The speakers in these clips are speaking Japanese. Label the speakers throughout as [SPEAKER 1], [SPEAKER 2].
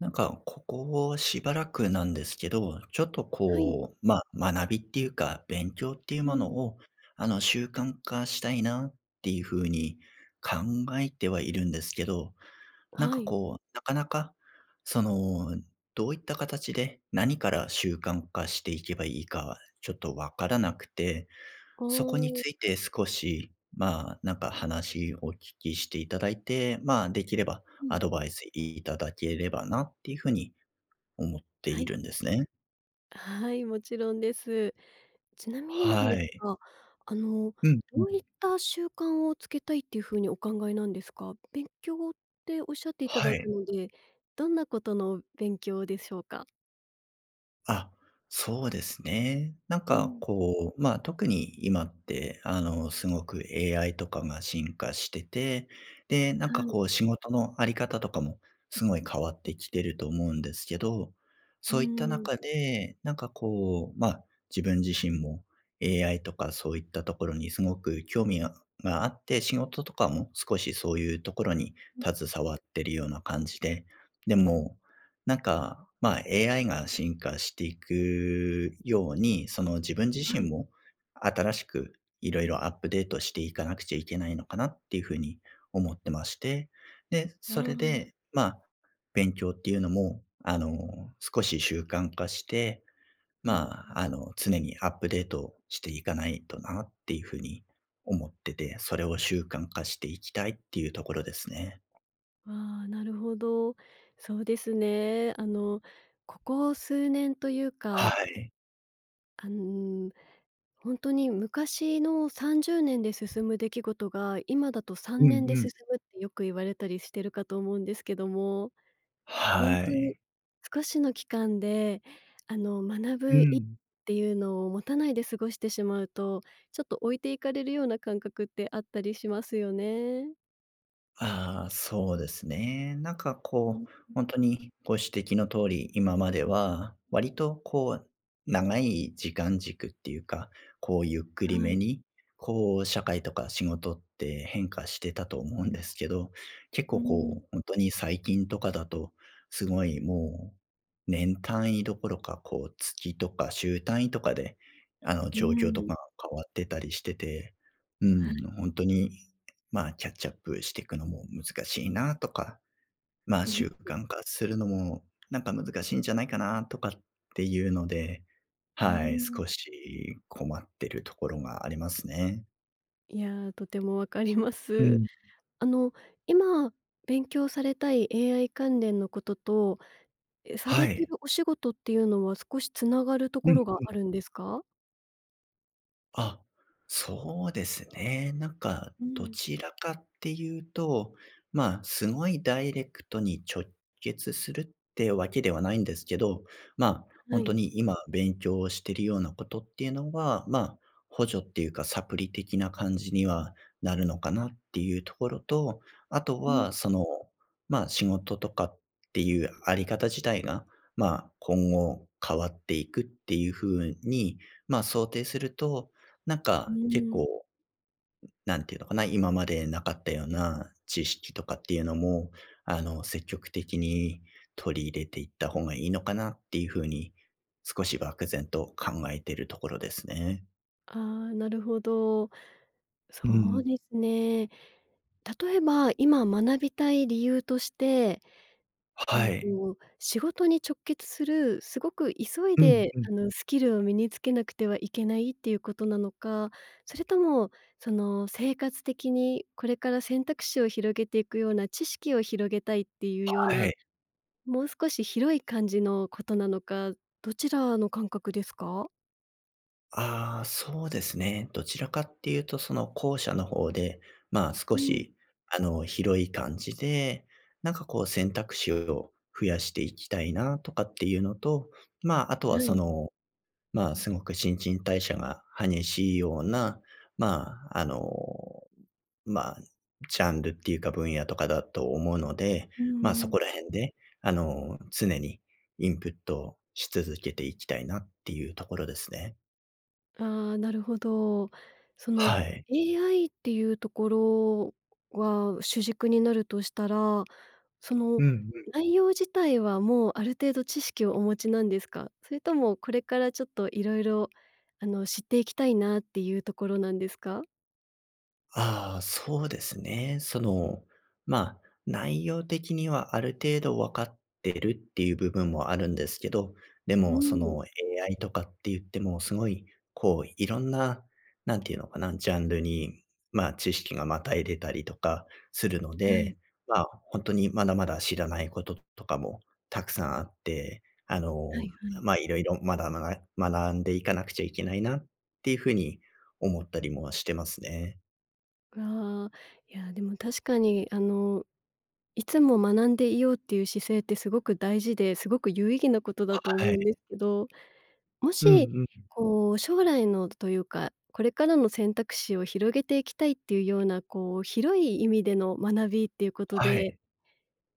[SPEAKER 1] なんか、ここしばらくなんですけど、ちょっと
[SPEAKER 2] はい。
[SPEAKER 1] こう、まあ、学びっていうか、勉強っていう
[SPEAKER 2] う
[SPEAKER 1] もの
[SPEAKER 2] ん。
[SPEAKER 1] を、習慣化したいなっていうふうに考えてはいるんですけど、なん
[SPEAKER 2] は
[SPEAKER 1] か
[SPEAKER 2] い。
[SPEAKER 1] こう、なかなか、その、どういった形で、何から習慣化していけばいいか、ちょっとわからなくて、
[SPEAKER 2] あ
[SPEAKER 1] そこについ
[SPEAKER 2] あ。
[SPEAKER 1] て少し、まあ、なんか話をお聞きしていただいて、まあ、できれば
[SPEAKER 2] うん。
[SPEAKER 1] アドバイスいただければなっていう風に思って
[SPEAKER 2] は
[SPEAKER 1] い
[SPEAKER 2] い。
[SPEAKER 1] るんですね。
[SPEAKER 2] はい、もちろんです。ちなみになんで
[SPEAKER 1] は
[SPEAKER 2] す
[SPEAKER 1] い。
[SPEAKER 2] が、あの、
[SPEAKER 1] うんう
[SPEAKER 2] どうい
[SPEAKER 1] ん。
[SPEAKER 2] った習慣をつけたいっていう風にお考えなんですか？勉強っておっしゃっていただ
[SPEAKER 1] は
[SPEAKER 2] いた
[SPEAKER 1] い。
[SPEAKER 2] ので、どんなことの勉強でしょうか？
[SPEAKER 1] あ、そうですね。なん
[SPEAKER 2] う
[SPEAKER 1] か
[SPEAKER 2] ん。
[SPEAKER 1] こう、まあ、特に今って、すごく AI とかが進化してて、で、な
[SPEAKER 2] は
[SPEAKER 1] んか
[SPEAKER 2] い。
[SPEAKER 1] こう仕事のあり方とかもすごい変わってきてると思うんですけど、
[SPEAKER 2] う
[SPEAKER 1] そういった
[SPEAKER 2] ーん。
[SPEAKER 1] 中で、なんかこう、まあ、自分自身も AI とかそういったところにすごく興味があって、仕事とかも少しそういうところに携わってるような感じで、でもなんか、まあ、AI が進化していくように、その自分自
[SPEAKER 2] は
[SPEAKER 1] 身
[SPEAKER 2] い。
[SPEAKER 1] も新しくいろいろアップデートしていかなくちゃいけないのかなっていうふうに思ってまして、で、
[SPEAKER 2] あ
[SPEAKER 1] それで、
[SPEAKER 2] あ。
[SPEAKER 1] まあ、勉強っていうのも、少し習慣化して、
[SPEAKER 2] うんう
[SPEAKER 1] ま
[SPEAKER 2] ん。
[SPEAKER 1] あ、常にアップデートしていかないとなっていうふうに思ってて、それを習慣化していきたいっていうところですね。
[SPEAKER 2] ああ、なるほど。そうですね。ここ数年という
[SPEAKER 1] は
[SPEAKER 2] か、
[SPEAKER 1] い。
[SPEAKER 2] あの、ほんに昔の30年で進む出来事が、今だと
[SPEAKER 1] う
[SPEAKER 2] 3
[SPEAKER 1] ん
[SPEAKER 2] 年で
[SPEAKER 1] うん。
[SPEAKER 2] 進むってよく言われたりしてるかと思うんですけども、本
[SPEAKER 1] は
[SPEAKER 2] 当に
[SPEAKER 1] い。
[SPEAKER 2] 少しの期間で、学
[SPEAKER 1] う
[SPEAKER 2] ぶ意義
[SPEAKER 1] ん。
[SPEAKER 2] っていうのを持たないで過ごしてしまうと、ちょっと置いていかれるような感覚ってあったりしますよね。
[SPEAKER 1] ああ、そうですね。なんか
[SPEAKER 2] うん、
[SPEAKER 1] こう、本当にご指摘の通り、今までは割とこう、長い時間軸っていうか、こうゆっくり
[SPEAKER 2] は
[SPEAKER 1] め
[SPEAKER 2] い。
[SPEAKER 1] に、こう社会とか仕事って変化してたと思うんですけど、結
[SPEAKER 2] うー
[SPEAKER 1] 構
[SPEAKER 2] ん。
[SPEAKER 1] こう、本当に最近とかだと、すごいもう、年単位どころか、こう月とか週単位とかで、
[SPEAKER 2] う
[SPEAKER 1] 状況と
[SPEAKER 2] ん。
[SPEAKER 1] かが変わってたりしてて、うん、本当にまあ、キャッチアップしていくのも難しいなとか、まあ、
[SPEAKER 2] うん。
[SPEAKER 1] 習慣化するのもなんか難しいんじゃないかなとかっていうので、
[SPEAKER 2] う
[SPEAKER 1] はい、
[SPEAKER 2] ん、
[SPEAKER 1] 少し困ってるところがありますね。
[SPEAKER 2] いやー、とてもわかりま
[SPEAKER 1] う
[SPEAKER 2] す。
[SPEAKER 1] ん。
[SPEAKER 2] あの、今勉強されたい AI 関連のことと、さ
[SPEAKER 1] は
[SPEAKER 2] れて
[SPEAKER 1] い。
[SPEAKER 2] るお仕事っていうのは少しつながると
[SPEAKER 1] う
[SPEAKER 2] こ
[SPEAKER 1] ん。
[SPEAKER 2] ろがあるんですか？
[SPEAKER 1] あ、そうですね。なんか、
[SPEAKER 2] う
[SPEAKER 1] ど
[SPEAKER 2] ん、
[SPEAKER 1] ちらかっていうと、まあ、すごいダイレクトに直結するってわけではないんですけど、まあ、
[SPEAKER 2] は
[SPEAKER 1] 本当
[SPEAKER 2] い。
[SPEAKER 1] に今勉強をしているようなことっていうのは、まあ、補助っていうかサプリ的な感じにはなるのかなっていうところと、あと
[SPEAKER 2] うん、
[SPEAKER 1] はその、まあ、仕事とかっていうあり方自体が、まあ、今後変わっていくっていうふうに、まあ、想定すると、なん
[SPEAKER 2] うー
[SPEAKER 1] か、結
[SPEAKER 2] ん。
[SPEAKER 1] 構、なんていうのかな、今までなかったような知識とかっていうのも、積極的に取り入れていった方がいいのかなっていう風に、少し漠然と考えているところですね。
[SPEAKER 2] ああ、なるほど。
[SPEAKER 1] う
[SPEAKER 2] そう
[SPEAKER 1] ん。
[SPEAKER 2] ですね。例えば、今学びたい理由として
[SPEAKER 1] はい。
[SPEAKER 2] 仕事に直結する、すごく急い
[SPEAKER 1] うん
[SPEAKER 2] で、
[SPEAKER 1] うん。
[SPEAKER 2] スキルを身につけなくてはいけないっていうことなのか、それとも、生活的にこれから選択肢を広げていくような、知識を広げたいっていうよう
[SPEAKER 1] は
[SPEAKER 2] な、
[SPEAKER 1] い。
[SPEAKER 2] もう少し広い感じのことなのか、どちらの感覚ですか？
[SPEAKER 1] ああ、そうですね。どちらかっていうと、その後者の方で、まあ、
[SPEAKER 2] う
[SPEAKER 1] 少
[SPEAKER 2] ん、
[SPEAKER 1] し、広い感じで、なんかこう選択肢を増やしていきたいなとかっていうのと、まあ、あとは
[SPEAKER 2] は
[SPEAKER 1] そ
[SPEAKER 2] い。
[SPEAKER 1] のまあ、すごく新陳代謝が激しいような、まあ、まあ、ジャンルっていうか分野とかだと思うので、
[SPEAKER 2] う
[SPEAKER 1] まあ、
[SPEAKER 2] ん
[SPEAKER 1] そ
[SPEAKER 2] うん。
[SPEAKER 1] こら辺で、常にインプットし続けていきたいなっていうところですね。
[SPEAKER 2] ああ、なるほど。その、
[SPEAKER 1] はい。
[SPEAKER 2] AI っていうところは主軸になるとしたら、その
[SPEAKER 1] うんうん。
[SPEAKER 2] 内容自体はもうある程度知識をお持ちなんですか？それともこれからちょっといろいろ、知っていきたいなっていうところなんですか？
[SPEAKER 1] ああ、そうですね。その、まあ、内容的にはある程度分かってるっていう部分もあるんですけど、で
[SPEAKER 2] う
[SPEAKER 1] もそ
[SPEAKER 2] ん、
[SPEAKER 1] の AI とかって言ってもすごい、こう、いろんな、なんていうのかな、ジャンルに、まあ、知識がまたいでたりとかするの
[SPEAKER 2] はい。
[SPEAKER 1] で、まあ、本当にまだまだ知らないこととかもたくさんあって、
[SPEAKER 2] はいはい。
[SPEAKER 1] まあ、いろいろまだまだ学んでいかなくちゃいけないなっていうふうに思ったりもしてますね。
[SPEAKER 2] わあ、いや、でも確かに、いつも学んでいようっていう姿勢ってすごく大事で、すごく有意義なことだと思
[SPEAKER 1] は
[SPEAKER 2] う
[SPEAKER 1] い。
[SPEAKER 2] んですけど、も
[SPEAKER 1] うん
[SPEAKER 2] し、
[SPEAKER 1] うん。
[SPEAKER 2] 将来のというか、これからの選択肢を広げていきたいっていうような、広い意味での学びっていうこと
[SPEAKER 1] は
[SPEAKER 2] で
[SPEAKER 1] い。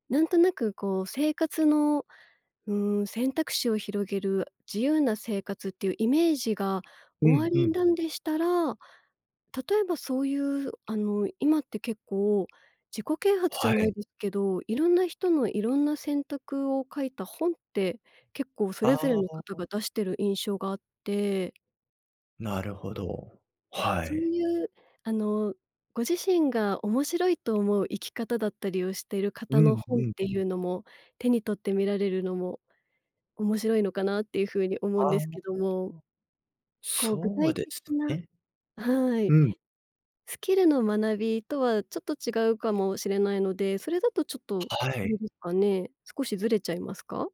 [SPEAKER 2] なんとなくこう生活の、選択肢を広げる自由な生活っていうイメージが
[SPEAKER 1] う
[SPEAKER 2] おあ
[SPEAKER 1] んう
[SPEAKER 2] り
[SPEAKER 1] ん。
[SPEAKER 2] なんでしたら、例えばそういう今って結構自己啓発じゃ
[SPEAKER 1] は
[SPEAKER 2] な
[SPEAKER 1] い。
[SPEAKER 2] いですけど、いろんな人のいろんな選択を書いた本って、結構そ
[SPEAKER 1] あ
[SPEAKER 2] れぞれの
[SPEAKER 1] あ、
[SPEAKER 2] 方が出してる印象があって、
[SPEAKER 1] なるほど。は
[SPEAKER 2] そう
[SPEAKER 1] い。
[SPEAKER 2] いうあの、ご自身が面白いと思う生き方だったりをしている
[SPEAKER 1] う
[SPEAKER 2] 方の
[SPEAKER 1] ん
[SPEAKER 2] 本っ
[SPEAKER 1] うん。
[SPEAKER 2] ていうのも、手に取って見られるのも面白いのかなっていうふうに思う
[SPEAKER 1] あ
[SPEAKER 2] んで
[SPEAKER 1] あ、
[SPEAKER 2] すけども、具
[SPEAKER 1] そう
[SPEAKER 2] 体
[SPEAKER 1] で
[SPEAKER 2] 的
[SPEAKER 1] す
[SPEAKER 2] な、
[SPEAKER 1] ね。
[SPEAKER 2] は
[SPEAKER 1] う
[SPEAKER 2] い、
[SPEAKER 1] ん。
[SPEAKER 2] スキルの学びとはちょっと違うかもしれないので、それだとちょっとあ
[SPEAKER 1] はい。
[SPEAKER 2] れですかね、少しずれちゃいますか？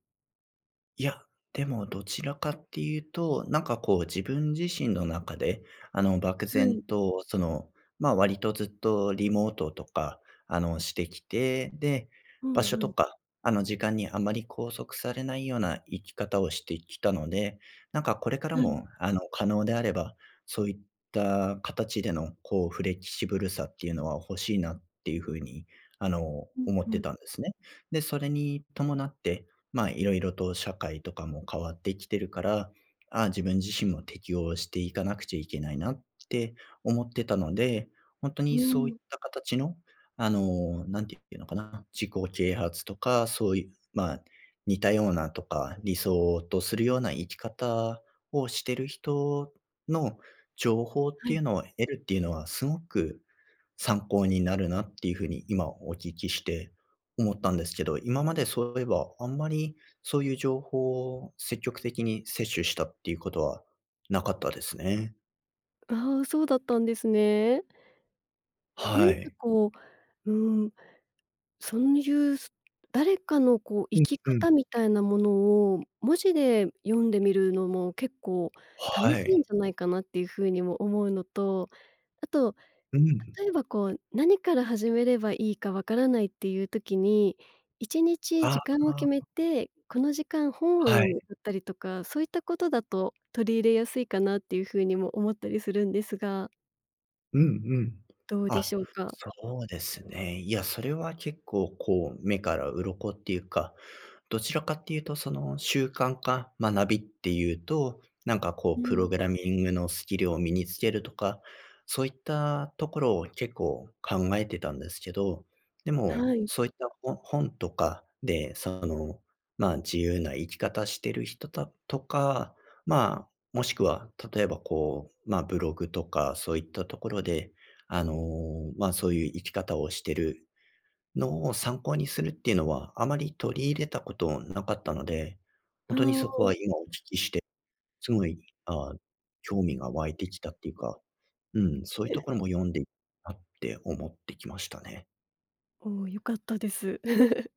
[SPEAKER 1] いや、でもどちらかっていうと、なんかこう自分自身の中で、漠
[SPEAKER 2] はい。
[SPEAKER 1] 然とその、ま、割とずっとリモートとか、してきて、で、
[SPEAKER 2] う
[SPEAKER 1] 場
[SPEAKER 2] ん
[SPEAKER 1] 所
[SPEAKER 2] う
[SPEAKER 1] と
[SPEAKER 2] ん。
[SPEAKER 1] か、時間にあまり拘束されないような生き方をしてきたので、なんかこれから
[SPEAKER 2] はい。
[SPEAKER 1] も、可能であれば、そういった形でのこうフレキシブルさっていうのは欲しいなっていうふうに、
[SPEAKER 2] うん
[SPEAKER 1] 思っ
[SPEAKER 2] う
[SPEAKER 1] て
[SPEAKER 2] ん。
[SPEAKER 1] たんですね。で、それに伴ってまあ、いろいろと社会とかも変わってきてるから、ああ、自分自身も適応していかなくちゃいけないなって思ってたので、本当に
[SPEAKER 2] う
[SPEAKER 1] そういっ
[SPEAKER 2] ん。
[SPEAKER 1] た形の、なんていうのかな、自己啓発とか、そういう、まあ、似たようなとか、理想とするような生き方をしてる人の情報っ
[SPEAKER 2] は
[SPEAKER 1] て
[SPEAKER 2] い。
[SPEAKER 1] いうのを得るっていうのは、すごく参考になるなっていうふうに今お聞きして思ったんですけど、今までそういえば、あんまりそういう情報を積極的に摂取したっていうことはなかったですね。
[SPEAKER 2] ああ、そうだったんですね。
[SPEAKER 1] は
[SPEAKER 2] 何か
[SPEAKER 1] い。
[SPEAKER 2] こう、うんそういうす誰かの生
[SPEAKER 1] うん
[SPEAKER 2] き
[SPEAKER 1] うん。
[SPEAKER 2] 方みたいなものを文字で読んでみるのも結構
[SPEAKER 1] は
[SPEAKER 2] 楽しいん
[SPEAKER 1] い。
[SPEAKER 2] じゃないかなっていう風にも思うのと、あと
[SPEAKER 1] うん。
[SPEAKER 2] 例えば何から始めればいいかわからないっていう時に、1日
[SPEAKER 1] あ
[SPEAKER 2] 時間を決
[SPEAKER 1] あ、
[SPEAKER 2] めて、この時間本を
[SPEAKER 1] は
[SPEAKER 2] 読
[SPEAKER 1] い。
[SPEAKER 2] むだったりとか、そういったことだと取り入れやすいかなっていう風にも思ったりするんですが、
[SPEAKER 1] うんうん。
[SPEAKER 2] どうで
[SPEAKER 1] あ、
[SPEAKER 2] しょうか？
[SPEAKER 1] そうですね。いや、それは結構こう、目から鱗っていうかどちらかっていうと、その、習慣化、学びっていうと、なんかこ
[SPEAKER 2] う
[SPEAKER 1] うプロ
[SPEAKER 2] ん。
[SPEAKER 1] グラミングのスキルを身につけるとか、そういったところを結構考えてたんですけど、で
[SPEAKER 2] は
[SPEAKER 1] も、
[SPEAKER 2] い。
[SPEAKER 1] そういった本とかで、その、まあ、自由な生き方してる人とか、まあ、もしくは例えばこう、まあ、ブログとかそういったところで、あの、まあ、そういう生き方をしてるのを参考にするっていうのは、あまり取り入れたことなかったので、ほ
[SPEAKER 2] あ
[SPEAKER 1] んとに
[SPEAKER 2] あ。
[SPEAKER 1] そこは今お聞きして、すごい、ああ、興味が湧いてきたっていうか、うん、そういうところも読んでいなって思ってきましたね。
[SPEAKER 2] おお、良かったです。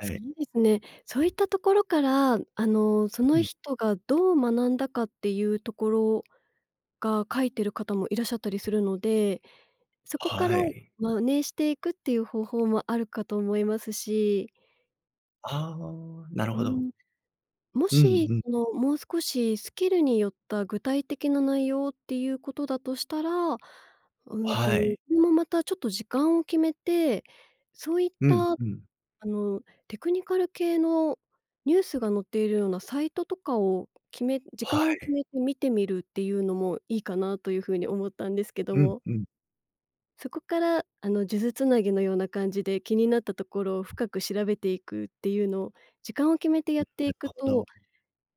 [SPEAKER 1] は
[SPEAKER 2] そう
[SPEAKER 1] い。
[SPEAKER 2] ですね。そういったところから、そ
[SPEAKER 1] う
[SPEAKER 2] の
[SPEAKER 1] ん。
[SPEAKER 2] 人がどう学んだかっていうところが書いてる方もいらっしゃったりするので、そこか
[SPEAKER 1] は
[SPEAKER 2] ら
[SPEAKER 1] い。
[SPEAKER 2] 真似していくっていう方法もあるかと思いますし、
[SPEAKER 1] ああ、なる
[SPEAKER 2] う
[SPEAKER 1] ほど。
[SPEAKER 2] ん、も
[SPEAKER 1] うん
[SPEAKER 2] し、
[SPEAKER 1] うん。
[SPEAKER 2] もう少しスキルによった具体的な内容っていうことだとしたら、
[SPEAKER 1] は
[SPEAKER 2] こ
[SPEAKER 1] い。
[SPEAKER 2] れもまたちょっと時間を決めて、そういっ
[SPEAKER 1] うん
[SPEAKER 2] たあ
[SPEAKER 1] うん。
[SPEAKER 2] の、テクニカル系のニュースが載っているようなサイトとかを時間
[SPEAKER 1] は
[SPEAKER 2] を決
[SPEAKER 1] い。
[SPEAKER 2] めて見てみるっていうのもいいかなという風に思ったんですけど
[SPEAKER 1] うん
[SPEAKER 2] も、
[SPEAKER 1] うん。
[SPEAKER 2] そこから、数珠つなぎのような感じで気になったところを深く調べていくっていうのを、時間を決めてやって
[SPEAKER 1] な
[SPEAKER 2] い
[SPEAKER 1] る
[SPEAKER 2] く
[SPEAKER 1] ほ
[SPEAKER 2] と、
[SPEAKER 1] ど。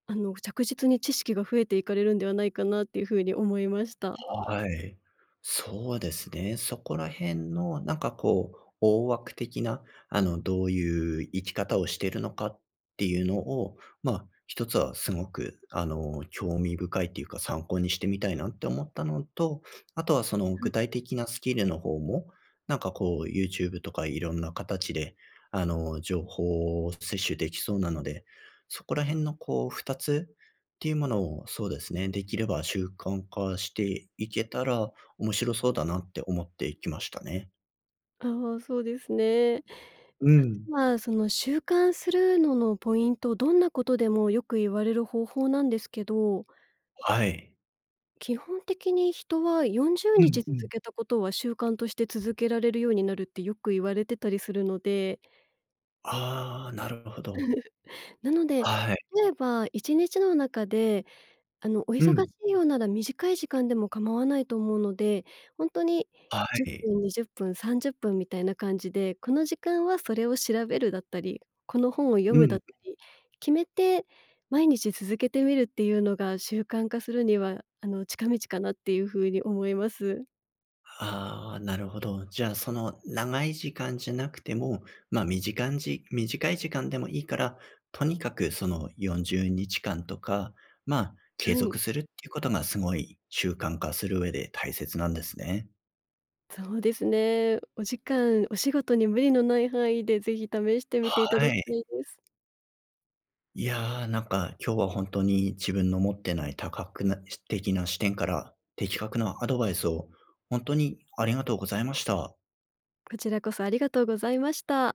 [SPEAKER 2] 着実に知識が増えていかれるんではないかなっていう風に思いました。
[SPEAKER 1] はい。そうですね。そこら辺のなんかこう、大枠的な、どういう生き方をしているのかっていうのを、一つはすごく、興味深いっていうか、参考にしてみたいなって思ったのと、あとはその具体的なスキルの方も、なんかこう、YouTube とかいろんな形で、情報を摂取できそうなので、そこら辺のこう、2つっていうものを、そうですね、できれば習慣化していけたら、面白そうだなって思ってきましたね。
[SPEAKER 2] ああ、そうですね。
[SPEAKER 1] う
[SPEAKER 2] あと
[SPEAKER 1] ん。
[SPEAKER 2] は、その習慣するののポイント、どんなことでもよく言われる方法なんですけど、
[SPEAKER 1] はい。
[SPEAKER 2] 基本的に人は40
[SPEAKER 1] う
[SPEAKER 2] 日
[SPEAKER 1] んう
[SPEAKER 2] 続
[SPEAKER 1] ん。
[SPEAKER 2] けたことは習慣として続けられるようになるってよく言われてたりするので、
[SPEAKER 1] ああ、なるほど。
[SPEAKER 2] なので、
[SPEAKER 1] はい。
[SPEAKER 2] 例えば1日の中でお忙
[SPEAKER 1] う
[SPEAKER 2] し
[SPEAKER 1] ん。
[SPEAKER 2] いようなら短い時間でも構わないと思うので、ほんとに
[SPEAKER 1] は
[SPEAKER 2] 10
[SPEAKER 1] い。
[SPEAKER 2] 分、20分、30分みたいな感じで、この時間はそれを調べるだったり、この本を読
[SPEAKER 1] う
[SPEAKER 2] む
[SPEAKER 1] ん。
[SPEAKER 2] だったり、決めて毎日続けてみるっていうのが習慣化するには、近道かなっていう風に思います。
[SPEAKER 1] ああ、なるほど。じゃあ、その長い時間じゃなくても、まあ、短い時間でもいいから、とにかくその40日間とか、まあ、継
[SPEAKER 2] は
[SPEAKER 1] 続
[SPEAKER 2] い、
[SPEAKER 1] するっていうことがすごい習慣化する上で大切なんですね。
[SPEAKER 2] そうですね。お時間、お仕事に無理のない範囲で、ぜひ試してみていただ
[SPEAKER 1] は
[SPEAKER 2] きた
[SPEAKER 1] い。
[SPEAKER 2] いです。
[SPEAKER 1] いやー、なんか今日は本当に自分の持ってない多角な的な視点から的確なアドバイスを本当にありがとうございました。
[SPEAKER 2] こちらこそありがとうございました。